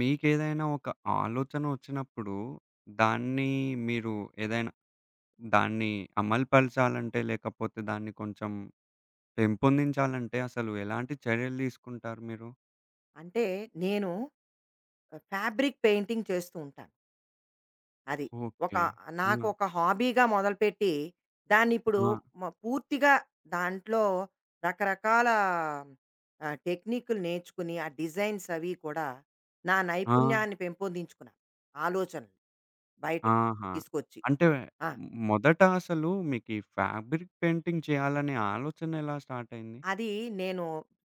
మీకేదైనా ఒక ఆలోచనొచ్చినప్పుడు, దాన్ని మీరు ఏదైనా దాన్ని అమలుపరచాలంటే, లేకపోతే దాన్ని కొంచెం పెంపొందించాలంటే అసలు ఎలాంటి చర్యలు తీసుకుంటారు మీరు? అంటే నేను ఫ్యాబ్రిక్ పెయింటింగ్ చేస్తూ ఉంటాను. అది. ఒక ఓకే. నాకు హ్మ్. ఒక హాబీగా మొదలుపెట్టి, దాన్నిప్పుడు ఆ! మ పూర్తిగా దాంట్లో రకరకాల టెక్నిక్‌లు నేర్చుకుని, ఆ డిజైన్స్ అవి కూడా నా ఆ! నైపుణ్యాన్ని పెంపొందించుకున్నాను. ఆలోచనలు బయటకి ఆహా! తీసుకొచ్చి. అంటే ఆ! మొదట అసలు మీకీ ఫ్యాబ్రిక్ పెయింటింగ్ చేయాలనే ఆలోచన ఎలా స్టార్ట్ అయింది? అది నేను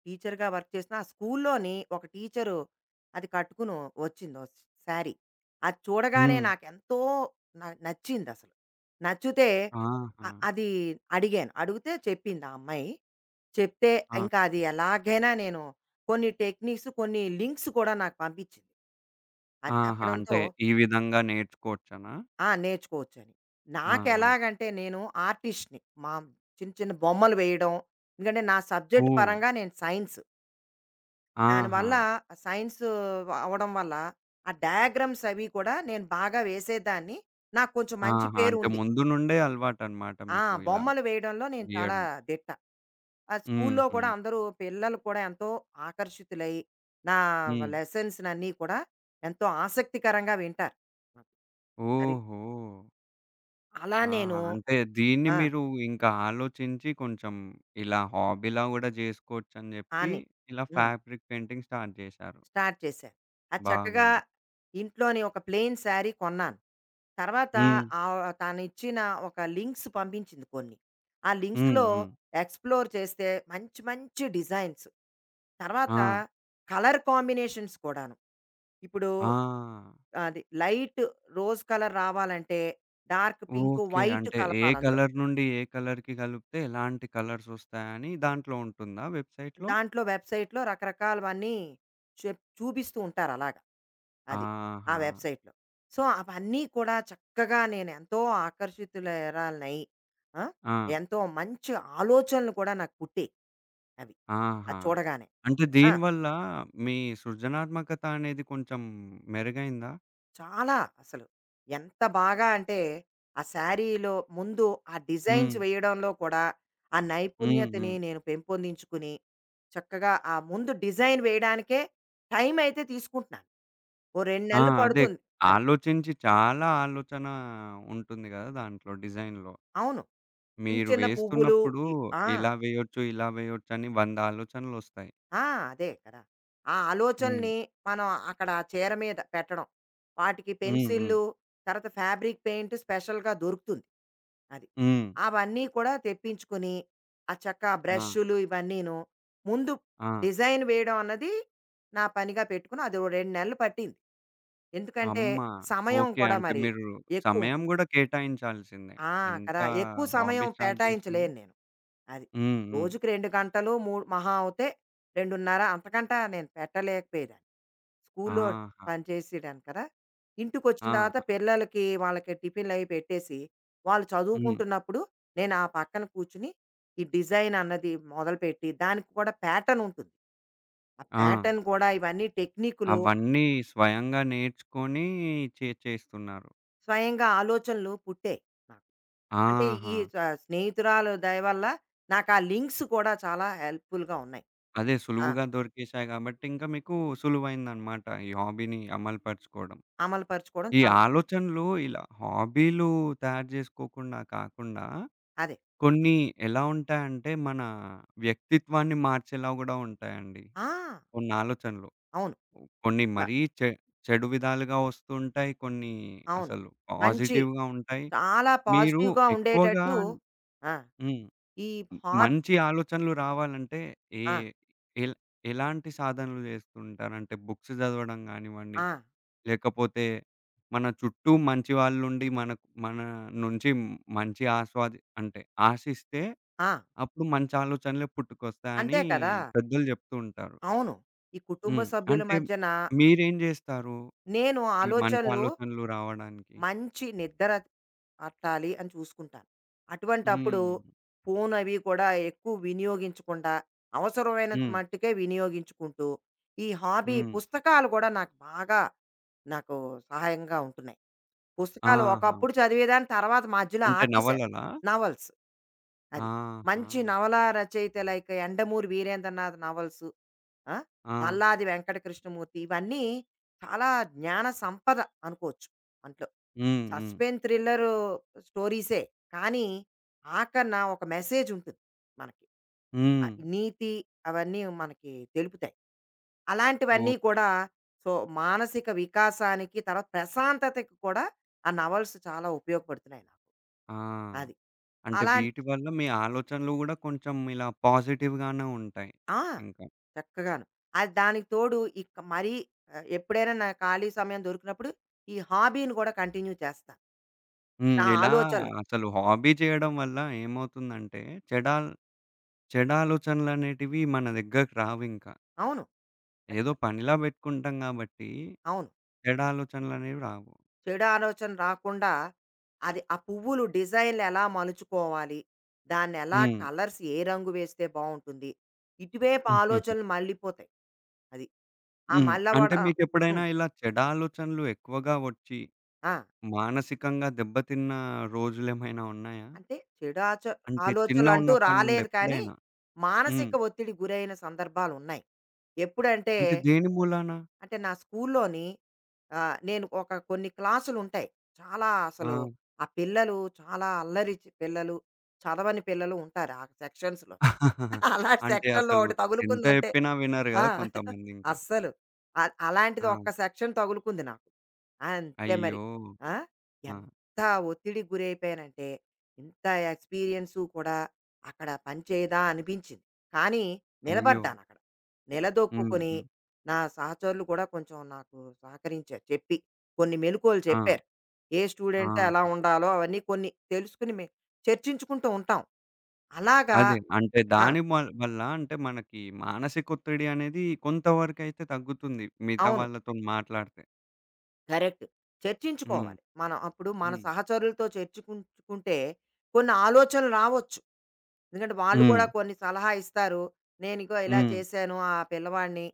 టీచర్‌గా వర్క్ చేసిన ఆ స్కూల్లోని ఒక టీచరు అది కట్టుకుని వచ్చిందో శారీ. అది చూడగానే హ్మ్. నాకెంతో నచ్చిందసలు. నచ్చితే ఆహా! అది అడిగాను. అడిగితే చెప్పింది ఆ అమ్మాయి. చెప్తే ఆ! ఇంకా అది ఎలాగైనా నేను కొన్ని టెక్నిక్స్, కొన్ని లింక్స్ కూడా నాకు పంపించింది. అది ఆహా! చెప్పడంతో అంటే ఈ విధంగా నేర్చుకోవచ్చనా? నేర్చుకోవచ్చని. ఆ! ఆ! నాకెలాగంటే నేను ఆర్టిస్ట్‌ని. మా చిన్న చిన్న బొమ్మలు వేయడం, ఎందుకంటే నా సబ్జెక్ట్ ఓహ్! పరంగా నేను సైన్స్. ఆహా! దానివల్ల సైన్స్ అవ్వడం వల్ల ఆ డయాగ్రామ్స్ అవి కూడా నేను బాగా వేసేదాన్ని. నాకు కొంచెం మంచి ఆహా! పేరు అంటే ఉంది. ముందు నుండే అలవాటనమాట ఆ! మీకు ఇలా బొమ్మలు వేయడంలో నేను చాలా గీయడం. దిట్ట. ఆ స్కూల్లో హుహు. కూడా అందరూ పిల్లలు కూడా ఎంతో ఆకర్షితులై నా హ్మ్. లెసన్స్‌నన్నీ కూడా ఎంతో ఆసక్తికరంగా వింటారు. అది. ఓహో! అలా ఆ! నేను అంటే దీన్ని ఆ! మీరు ఇంకా ఆలోచించి కొంచెం ఇలా హాబీలా గూడా జేసుకోవచ్చని జెప్పి అని. ఇలా హ్మ్. ఫ్యాబ్రిక్ పెయింటింగ్ స్టార్ట్ జేశారు. స్టార్ట్ చేశాను. అది చక్కగా బాగుంది. ఇంట్లోని ఒక ప్లెయిన్ శారీ కొన్నాను. తర్వాత హ్మ్. తనిచ్చిన ఒక లింక్స్ పంపించింది కొన్ని. ఆ హ్మ్. లింక్స్‌లో హ్మ్. ఎక్స్‌ప్లోర్ చేస్తే మంచి మంచి డిజైన్స్. ఆ! తర్వాత కలర్ కాంబినేషన్స్ కూడాను. ఇప్పుడు ఆ! అది లైట్ రోజ్ కలర్ రావాలంటే డార్క్ పింక్, ఓకే. వైట్ అంటే ఏ కలపాలందులో. కలర్ నుండి ఏ కలర్‌కి గలిపితే ఎలాంటి కలర్సొస్తాయని దాంట్లో ఉంటుందా వెబ్‌సైట్‌లో? దాంట్లో వెబ్‌సైట్‌లో రకరకాలవన్నీ చూపిస్తూ ఉంటారు అలాగ. అది. ఆ ఆహా! వెబ్‌సైట్‌లో. సో, అవన్నీ కూడా చక్కగా నేనెంతో ఆకర్షితులరాలినై ఆ! ఆ! ఎంతో మంచి ఆలోచనలు కూడా నాకు పుట్టాయి అవి. ఆహా! అది చూడగానే. అంటే ఆ! దీనివల్ల మీ సృజనాత్మకత అనేది కొంచెం మెరుగైందా? చాలా అసలు. ఎంత బాగా అంటే, ఆ శారీలో ముందు ఆ డిజైన్స్ హ్మ్. వేయడంలో కూడా ఆ హ్మ్. నైపుణ్యతని హ్మ్. నేను పెంపొందించుకుని, చక్కగా ఆ ముందు డిజైన్ వేయడానికే టైమయితే తీసుకుంటున్నాను. ఓ 2 ఆ! నెలలు అదే. పడుతుంది. అది. ఆలోచించి చాలా ఆలోచన ఉంటుంది గదా! దాంట్లో డిజైన్‌లో. అవును. చిన్న మీరు చిన్న పువ్వులు. వేస్తున్నప్పుడు ఈ ఆ! ఇలా వేయొచ్చు, ఇలా వేయొచ్చని 100 ఆలోచనలొస్తాయి. ఆ! అదే కదా! ఆ హ్మ్. ఆలోచనని మనం అక్కడ ఆ చీర మీద పెట్టడం. వాటికి హ్మ్. హ్మ్. పెన్సిల్లు, తర్వాత ఫ్యాబ్రిక్ పెయింట్ స్పెషల్‌గా దొరుకుతుంది. అది. హ్మ్. అవన్నీ కూడా తెప్పించుకొని, ఆ చక్కా ఆ! బ్రష్‌లు ఇవన్నీను. ముందు ఆ! డిజైన్ వేయడం అన్నది నా పనిగా పెట్టుకుని అది ఓ 2 నెలలు పట్టింది. ఎందుకంటే అమ్మ! సమయం ఓకే. కూడా అంటే మరి మీరు ఎక్కువ. సమయం గూడా కేటాయించాల్సిందే. ఆ! ఎంత కదా! ఎక్కువ సమయం హాబీ స్టార్ట్ జేసినా. కేటాయించలేను నేను. అది. హ్మ్. హ్మ్. రోజుకి 2 గంటలు, మూడు మహా అవుతే 2:30 అంతకంట నేను పెట్టలేకపోయేదాన్ని. స్కూల్లో ఆహా! పనిచేసేదాన్ని కదా! ఇంటికొచ్చిన ఆ! తర్వాత ఆ! పిల్లలకి వాళ్ళకి టిఫిన్‌లవి పెట్టేసి, వాళ్ళు హ్మ్. చదువుకుంటున్నప్పుడు నేను ఆ పక్కన కూర్చొని ఈ డిజైన్ అన్నది మొదలుపెట్టి, దానికి కూడా ప్యాటర్న్ ఉంటుంది. ఆ ఆ! ప్యాటర్న్ కూడా ఇవన్నీ టెక్నికులు, అవన్నీ స్వయంగా నేర్చుకొని చేస్తున్నారు. స్వయంగా ఆలోచనలు పుట్టాయి నాకు. అంటే ఈ ఆహా! స్నేహితురాలు దయ వల్ల నాకా లింక్స్ కూడా చాలా హెల్ప్‌ఫుల్‌గా ఉన్నాయి. అదే ఆ! సులువుగా దొరికేశాయి గాబట్టి, ఇంకా మీకు సులువైందనమాట ఈ హాబీని అమలుపరుచుకోవడం. అమలు పరుచుకోవడం ఈ చాలా ఆలోచనలు ఇలా హాబీలు తయారు జేసుకోకుండా కాకుండా, అదే. కొన్ని ఎలా ఉంటాయంటే, మన వ్యక్తిత్వాన్ని మార్చేలా గూడా ఉంటాయండి. ఆ! కొన్ని ఆలోచనలు. అవును. కొన్ని వ మరీ చెడు విధాలుగా వస్తుంటాయి. కొన్ని అవును. అసలు మంచి పాజిటివ్‌గా ఉంటాయి. చాలా మీరు పాజిటివ్‌గా ఎక్కువగా ఉండేటట్టు ఆ! హ్మ్. ఈ హ్మ్. హాబ్ మంచి ఆలోచనలు రావాలంటే ఏ ఆ! ఎల్ ఎలాంటి సాధనలు చేస్తుంటారు? అంటే బుక్స్ చదవడం గానివ్వండి, ఆ! లేకపోతే మన చుట్టూ మంచి వాళ్ళుండి మనకు మన నుంచి మంచి ఆస్వాది అంటే ఆశిస్తే ఆ! అప్పుడు మంచి ఆలోచనలే పుట్టుకొస్తాయని అంతే కదా! పెద్దలు చెప్తూ ఉంటారు. అవును. ఈ కుటుంబ హ్మ్. సభ్యుల అంటే మధ్యన మీరేం జేస్తారు? నేను ఈ మంచి ఆలోచనలు ఆలోచనలు రావడానికి? మంచి నిద్ర పట్టాలి అని చూసుకుంటాను. అటువంటప్పుడు హ్మ్. ఫోను అవి కూడా ఎక్కువ వినియోగించకుండా, అవసరమైనంత హ్మ్. మట్టుకే వినియోగించుకుంటూ, ఈ హాబీ హ్మ్. పుస్తకాలు కూడా నాకు బాగా నాకు సహాయంగా ఉంటున్నాయి. పుస్తకాలు ఆహా! ఒకప్పుడు చదివేదాన్ని, తర్వాత మధ్యలో అంటే ఆపేశారు. నవలలా? నవల్స్. అది. ఆహా! మంచి నవలా రచయిత లైక్ 'యండమూరి వీరేంద్రనాథ్' నవల్సు. ఆ! ఆ! 'నల్లాది వెంకటకృష్ణమూర్తి' ఇవన్నీ చాలా జ్ఞాన సంపద అనుకోవచ్చు. అంట్లో హ్మ్. హ్మ్. సస్పెన్స్ థ్రిల్లర్ స్టోరీసే. కానీ ఆఖరిన ఒక మెసేజ్ ఉంటుంది మనకి. ఆ! హ్మ్. నీతి అవన్నీ మనకి తెలుపుతాయి. అలాంటివన్నీ ఓకే. కూడా సో, మానసిక వికాసానికి తర్వాత ప్రశాంతతకి కూడా ఆ నవల్స్ చాలా ఉపయోగపడుతున్నాయి నాకు. ఆ! అది. అంటే అలాం వీటి వల్ల మీ ఆలోచనలు గూడా కొంచెం ఇలా పాజిటివ్‌గానే ఉంటాయి. ఆ! ఇంకా. చక్కగాను. అది దానికి తోడు ఇక మరీ ఎప్పుడైనా నా ఖాళీ సమయం దొరికినప్పుడు ఈ హాబీని కూడా కంటిన్యూ చేస్తా. హ్మ్. నా ఇలా ఆలోచనలు. అసలు హాబీ చేయడం వల్ల ఏమవుతుందంటే చెడాల్ చెడాలోచనలనేటివి మన దగ్గరకి రావింకా. అవును. అచ్చ ఏదో పనిలా పెట్టుకుంటాం గాబట్టి అవును. చెడాలోచనలనేవి రావు. చెడు ఆలోచన రాకుండా అది ఆ పువ్వులు డిజైన్లు ఎలా మలుచుకోవాలి, దాన్ని ఎలా హ్మ్. కలర్స్, ఏ రంగు వేస్తే బాగుంటుంది, ఇటువైపు ఆలోచనలు మళ్ళీపోతాయి. అది ఆ హ్మ్. మల్లవడ అంటే మీకెప్పుడైనా ఉమ్, ఇలా చెడాలోచనలు ఎక్కువగా వచ్చి ఆ, మానసికంగా దెబ్బతిన్న రోజులేమైనా ఉన్నాయా? అంటే చెడు ఆచ అంటే ఆలోచనలు అంటూ చిన్నగున్నప్పటి నుండి రాలేదు, కానీ ఎప్పుడైనా? హ్మ్. మానసిక ఒత్తిడి గురైన సందర్భాలు ఉన్నాయి. ఎప్పుడంటే అంటే దేని మూలాన? అంటే నా స్కూల్లోని ఆ, ఒక, కొన్ని క్లాసులు ఉంటాయి చాలా ఆ! అసలు. ఆ పిల్లలు చాలా అల్లరి పిల్లలు, చదవని పిల్లలు ఉంటారు ఆ సెక్షన్స్. అలాంటి అంటే సెక్షన్‌లో అసలు ఒకటి ఎంత తగులుకుందంటే. చెప్పినా వినరు ఆ! గదా! కొంతమందింకా. అస్సలు. అ ఆ! అలాంటిది ఒక్క సెక్షన్ తగులుకుంది నాకు. అంతే మరి. అయ్యో! ఆ! ఆ! ఎంత ఒత్తిడికి గురైపోయానంటే, ఇంత ఎక్స్‌పీరియన్సు కూడా అక్కడ పనిచేయదా అనిపించింది. కానీ అయ్యో! నిలబడ్డానక్కడ. హ్మ్. నిలదొక్కుకొని, హ్మ్. నా సహచరులు కూడా కొంచెం నాకు సహకరించారు చెప్పి. కొన్ని మెలుకువలు ఆ! చెప్పారు. ఏ స్టూడెంట్‌తో ఎలా ఆహా! ఉండాలో అవన్నీ కొన్ని తెలుసుకొని, చర్చించుకుంటూ ఉంటాం. అలాగా. అదే. అంటే ఆ! దాని వల్ల అంటే మనకి మానసిక ఒత్తిడి అనేది కొంతవరకైతే తగ్గుతుంది. మిగతా అవును. వాళ్ళతోని మాట్లాడితే. కరెక్ట్. హ్మ్. చర్చించుకోవాలి. మనం అప్పుడు మన హ్మ్. సహచరులతో చర్చించుకుంటే కొన్ని ఆలోచనలు రావచ్చు. ఎందుకంటే వాళ్ళు హ్మ్. కూడా కొన్ని సలహా ఇస్తారు. నేనిగో ఇలా హ్మ్. చేశాను ఆ పిల్లవాడిని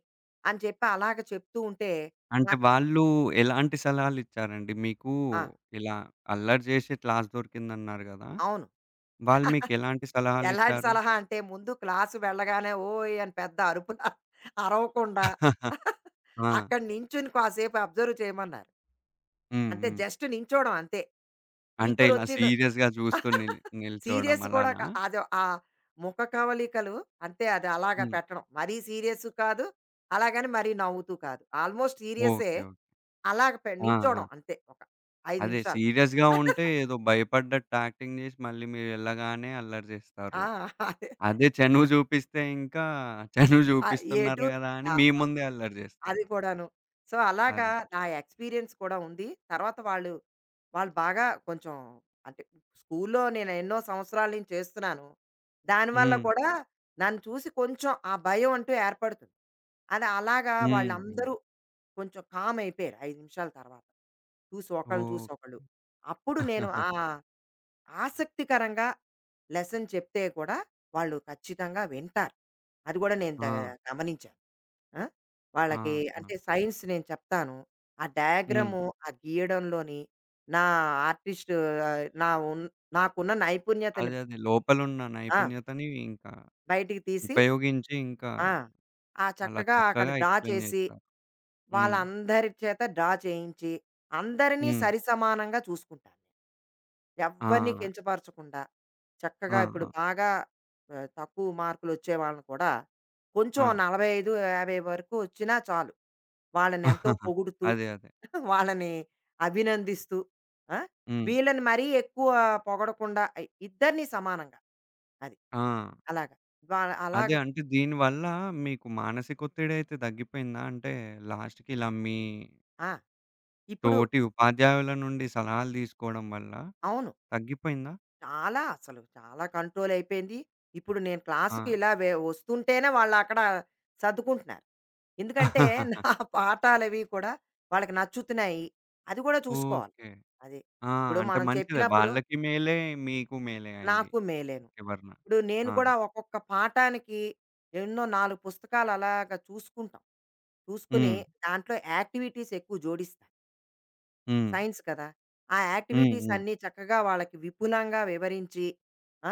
అని చెప్పి అలాగ చెప్తూ ఉంటే అంటే నాకు. వాళ్ళు ఎలాంటి సలహాలిచ్చారండి మీకు? ఆ! ఇలా అల్లరి చేసే క్లాస్ దొరికిందన్నారు గదా! అవును. వాళ్ళు మీకెలాంటి ఎలాంటి సలహాలిచ్చారు? సలహా అంటే ముందు క్లాసు వెళ్ళగానే ఓయ్! అని పెద్ద అరుపుల అరవకుండా ఆహా! ఆ! అక్కడ నించొని కాసేపు అబ్జర్వ్ చేయమన్నారు. హ్మ్. అంటే హ్మ్. జస్ట్ నించోవడం అంతే. అంటే ఇలా టీచరొచ్చిందో సీరియస్‌గా చూస్తూ నిల్చోవడం సీరియస్ కూడా అలానా? కా అదో ఆ ముఖ కవళికలు అంతే అది అలాగా హ్మ్. పెట్టడం. మరీ సీరియస్ కాదు, అలాగని మరీ నవ్వుతూ కాదు. ఆల్మోస్ట్ సీరియస్సే. ఓకే. ఓకే. అలాగ ఆ! ఆ! నించోడం అంతే, ఒక 5 అదే నిమిషాలు. సీరియస్‌గా ఉంటే ఏదో భయపడ్డట్టు యాక్టింగ్ చేసి మళ్ళీ మీరు ఎళ్ళగానే అల్లరి ఆ! చేస్తారు. అదే. అదే చనువు చూపిస్తే ఇంకా చనువు ఆహ్, చూపిస్తున్నారు ఎటు కదా! అని మీ ఆహ్ ముందే అల్లరి చేస్తారు. అది కూడాను. సో, అలాగా అది. నా ఎక్స్‌పీరియన్స్ కూడా ఉంది. తర్వాత వాళ్ళు బాగా కొంచెం అంటే, స్కూల్లో నేను ఎన్నో సంవత్సరాల నుంచి చేస్తున్నాను. దానివల్ల హ్మ్. కూడా నన్ను చూసి కొంచెం ఆ భయం అంటూ ఏర్పడుతుంది. అది అలాగా హుహు. వాళ్ళందరూ కొంచెం కామ్ అయిపోయారు 5 నిమిషాల తర్వాత. చూసి ఒకళ్ళని ఓహ్! చూసి ఒకళ్ళు. అప్పుడు నేను ఆ ఆసక్తికరంగా లెసన్ చెప్తే కూడా వాళ్ళు ఖచ్చితంగా వింటారు. అది కూడా నేను ఆ! గమనించాను. ఆ! వాళ్ళకి ఆహా! అంటే సైన్స్ నేను చెప్తాను. ఆ హ్మ్. డయాగ్రాము, ఆ గీయడంలోని నా ఆర్టిస్టు ఆహ్, నా ఉన్ నాకున్న నైపుణ్యతని అదే. అదే. లోపలున్న ఆ! నైపుణ్యతని ఇంకా బయటికి తీసి ఉపయోగించి ఇంకా ఆ! ఆ అలా చక్కగా అక్కడ చక్కగా డ్రా ఎక్స్‌ప్లెయిన్ చేసి, చేస్తారు. హ్మ్. వాళ్ళందరి చేత డ్రా చేయించి, అందరినీ హ్మ్. సరిసమానంగా చూసుకుంటాను. ఆ! ఎవ్వరిని కించపరచకుండా చక్కగా ఆ! ఇప్పుడు ఆ! బాగా తక్కువ మార్కులొచ్చే వాళ్ళని కూడా కొంచెం ఆ! 45, 50 వరకు వచ్చినా చాలు. వాళ్ళనెంతో పొగుడుతూ, అదే. అదే. వాళ్ళని అభినందిస్తూ, ఆ! హ్మ్. వీళ్ళని మరీ ఎక్కువ పొగడకుండా, ఇద్దరిని సమానంగా. అది. ఆ! అలాగా. వాళ్ళ అదే అలాగా. అంటే దీనివల్ల మీకు మానసిక ఒత్తిడైతే తగ్గిపోయిందా? అంటే లాస్ట్‌కి ఇలా మీ ఆ! ఇప్పుడు తోటి ఉపాధ్యాయుల నుండి సలహాలు తీసుకోవడం వల్ల అవును. తగ్గిపోయిందా? చాలా అసలు చాలా కంట్రోల్ అయిపోయింది. ఇప్పుడు నేను క్లాస్‌కి ఆ! ఇలా వస్తుంటేనే వాళ్ళక్కడ సర్దుకుంటున్నారు. ఎందుకంటే నా పాఠాలవి కూడా వాళ్ళకి నచ్చుతున్నాయి. అది కూడా చూసుకోవాలి. ఓకే. అది. ఆ! ఇప్పుడు అంటే మనం మంచిదే. చెప్పినప్పుడు వాళ్ళకి మేలే, మీకు మేలే అయింది. నాకు మేలేను. చివరన. ఇప్పుడు నేను ఆ! కూడా ఒక్కొక్క పాఠానికి ఎన్నో నాలుగు పుస్తకాలు అలాగా చూసుకుంటాం. చూసుకుని హ్మ్. దాంట్లో యాక్టివిటీస్ ఎక్కువ జోడిస్తాను. హ్మ్. సైన్స్ కదా! ఆ హ్మ్. యాక్టివిటీస్ హ్మ్. అన్నీ చక్కగా వాళ్ళకి విపులంగా వివరించి ఆ!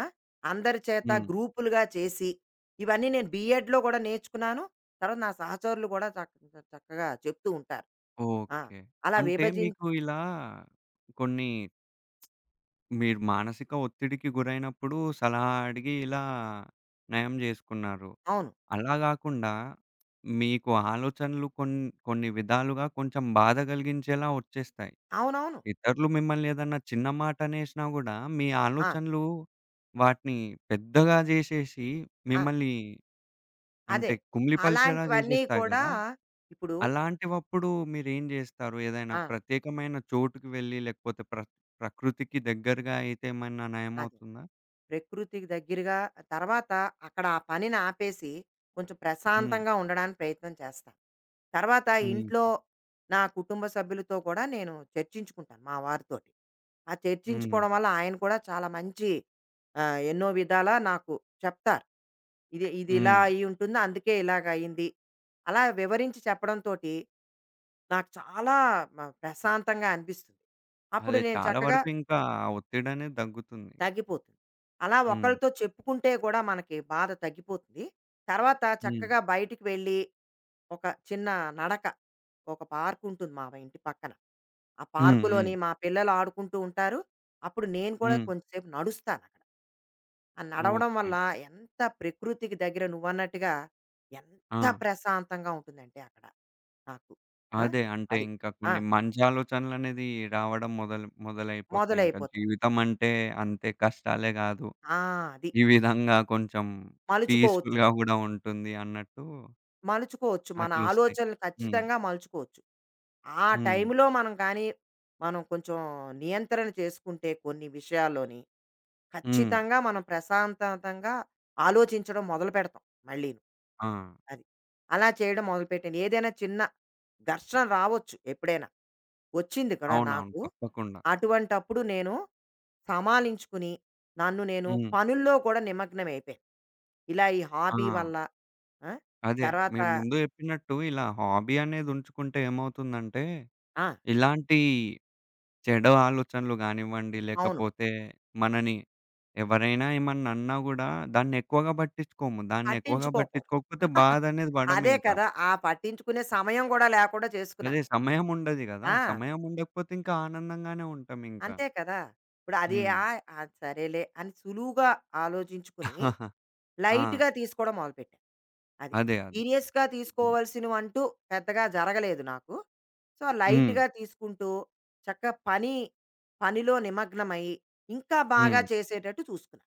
అందరి చేత హ్మ్. గ్రూపులుగా చేసి ఇవన్నీ నేను బీఎడ్‌లో కూడా నేర్చుకున్నాను. తర్వాత నా సహచరులు కూడా చక్కగా చెప్తూ ఉంటారు. ఆ! ఓకే. అలా అంటే విభజించి మీకు ఇలా కొన్ని మీరు మానసిక ఒత్తిడికి గురైనప్పుడు సలహా అడిగి ఇలా నయం జేసుకున్నారు. అవును. అలా గాకుండా మీకు ఆలోచనలు కొన్ని విధాలుగా కొంచెం బాధ గలిగించేలా ఒచ్చేస్తాయి. అవునవును. ఇతరులు మిమ్మల్ని ఏదన్నా చిన్న మాట అనేసినా గూడా మీ ఆ! ఆలోచనలు వాటిని పెద్దగా జేసేసి ఆ! మిమ్మల్ని అంటే అదే. కుమిలిపరిచేలా అలాంటివన్నీ జేసేస్తాయి కూడా గదా! ఇప్పుడు అలాంటివప్పుడు మీరేం జేస్తారు? ఏదైనా ఆ! ప్రత్యేకమైన చోటుకి వెళ్లి లేకపోతే ప్రకృతికి దగ్గరగా అయితే ఏమన్నా అదే. నయమవుతుందా? ప్రకృతికి దగ్గరగా తర్వాత అక్కడ ఆ పనిని ఆపేసి కొంచెం హ్మ్. ప్రశాంతంగా ఉండడానికి ప్రయత్నం చేస్తాను. తర్వాత ఇంట్లో హ్మ్. నా కుటుంబ సభ్యులతో కూడా నేను చర్చించుకుంటాను మా వారితోటి. ఆ హ్మ్. చర్చించుకోవడం వల్ల ఆయన కూడా చాలా మంచి ఎన్నో విధాలా నాకు చెప్తారు. ఇది ఇది ఇలా హ్మ్. అయ్యి ఉంటుంది. అందుకే ఇలాగ అయింది. అలా వివరించి చెప్పడంతోటి నాకు చాలా ప్రశాంతంగా అనిపిస్తుంది. అప్పుడు అదే నేను చాలా చక్కగా వరకు ఇంకా ఆ ఒత్తిడనేది తగ్గుతుంది. తగ్గిపోతుంది. అలా హ్మ్. ఒకళ్ళతో చెప్పుకుంటే కూడా మనకి బాధ తగ్గిపోతుంది. తర్వాత హ్మ్. చక్కగా బయటికి వెళ్ళి ఒక చిన్న నడక, ఒక పార్క్ ఉంటుంది మా ఇంటి పక్కన. ఆ హ్మ్. హ్మ్. పార్కులోని మా పిల్లలు ఆడుకుంటూ ఉంటారు. అప్పుడు నేను కూడా హ్మ్. కొంచెంసేపు నడుస్తానక్కడ. ఆ నడవడం ఓకే. వల్ల ఎంత ప్రకృతికి దగ్గర నువ్వన్నట్టుగా ఆ! ఎంత ప్రశాంతంగా ఉంటుందంటే అక్కడ నాకు. ఆ! అదే అంటే అది. ఇంకా ఆ! కొన్ని మంచి ఆలోచనలనేది రావడం మొదలైపోతాయి. ఇంకా మొదలైపోతాయి. జీవితం అంటే అంతే కష్టాలే గాదు. ఆ! అది. ఈ విధంగా కొంచెం మలుచుకోవచ్చు. పీస్‌ఫుల్‌గా గూడా ఉంటుంది అన్నట్టు మలుచుకోవచ్చు. మన అట్లొస్తాయి. ఆలోచనలు హ్మ్. ఖచ్చితంగా మలుచుకోవచ్చు. ఆ హ్మ్. టైంలో మనం కానీ, మనం కొంచెం నియంత్రణ చేసుకుంటే కొన్ని విషయాల్లోని, హ్మ్. ఖచ్చితంగా మనం ప్రశాంతంతంగా ఆలోచించడం మొదలుపెడతాం మళ్ళీను. ఆ! అది. అలా చేయడం మొదలుపెట్టాను. ఏదైనా చిన్న ఘర్షణ రావచ్చు ఎప్పుడైనా. వచ్చింది కూడా అవునవును. నాకు. తప్పకుండా. అటువంటప్పుడు నేను సమాలించుకుని, నన్ను నేను హ్మ్. పనుల్లో కూడా నిమగ్నమైపోయాను. ఇలా ఈ ఆ! హాబీ వల్ల. ఆ! అదే. తర్వాత మీరు ముందు జెప్పినట్టు ఇలా హాబీ అనేదుంచుకుంటే ఏమవుతుందంటే, ఆ! ఇలాంటి చెడు ఆలోచనలు గానివ్వండి, అవును. లేకపోతే మనని ఎవరైనా ఏమన్నన్నా గూడా దాన్నెక్కువగా పట్టించుకోము. దాన్నెక్కువగా పట్టించుకోకు పట్టించుకోకపోతే బాధనేది అదే పడమింకా. కదా! ఆ పట్టించుకునే సమయం గూడా లేకుండా అదే చేసుకున్నాను నేను. సమయముండది గదా! ఆ! సమయముండకపోతే ఇంకా ఆనందంగానే ఉంటామింకా. అంతే కదా! ఇప్పుడు అది హ్మ్. అది సరేలే అని సులువుగా ఆలోచించుకుని, ఆ! లైట్‌గా తీసుకోవడం మొదలుపెట్టాను. అది. అదే. అదే. సీరియస్‌గా హ్మ్. తీసుకోవాల్సినవంటూ పెద్దగా జరగలేదు నాకు. సో, హ్మ్. లైట్‌గా తీసుకుంటూ చక్కగా పని, పనిలో నిమగ్నమై, ఇంకా హ్మ్. బాగా చేసేటట్టు చూసుకున్నా.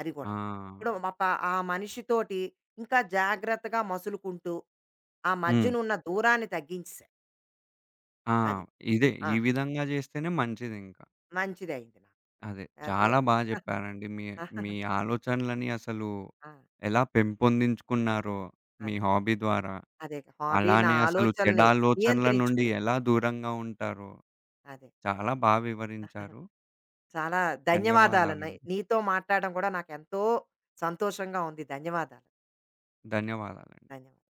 అది గూడా. ఇప్పుడు ఆ! మా ప ఆ మనిషితోటి ఇంకా జాగ్రత్తగా మసులుకుంటూ, ఆ హ్మ్. మధ్యనున్న దూరాన్ని తగ్గించేసాను. ఆ! అది. ఇదే. ఆ! ఈ విధంగా జేస్తేనే మంచిదింక. మంచిదయింది నాకు. అదే. ఎంతో చాలా బా జెప్పారండి. మీ మీ ఆహా, ఆలోచనలని అసలు ఆ! ఎలా పెంపొందించుకున్నారో మీ అదే. హాబీ ద్వారా, అదే హాబీ నా అలానే అసలు ఆలోచనల్ని చెడాలోచనల నుండి నియంత్రించుకుని. ఎలా దూరంగా ఉంటారో అదే. చాలా బా వివరించారు. చాలా ధన్యవాదాలండి. ధన్యవాదాలండి. నీతో మాట్లాడడం కూడా నాకెంతో సంతోషంగా ఉంది. ధన్యవాదాలు. ధన్యవాదాలండి. ధన్యవాదాలు.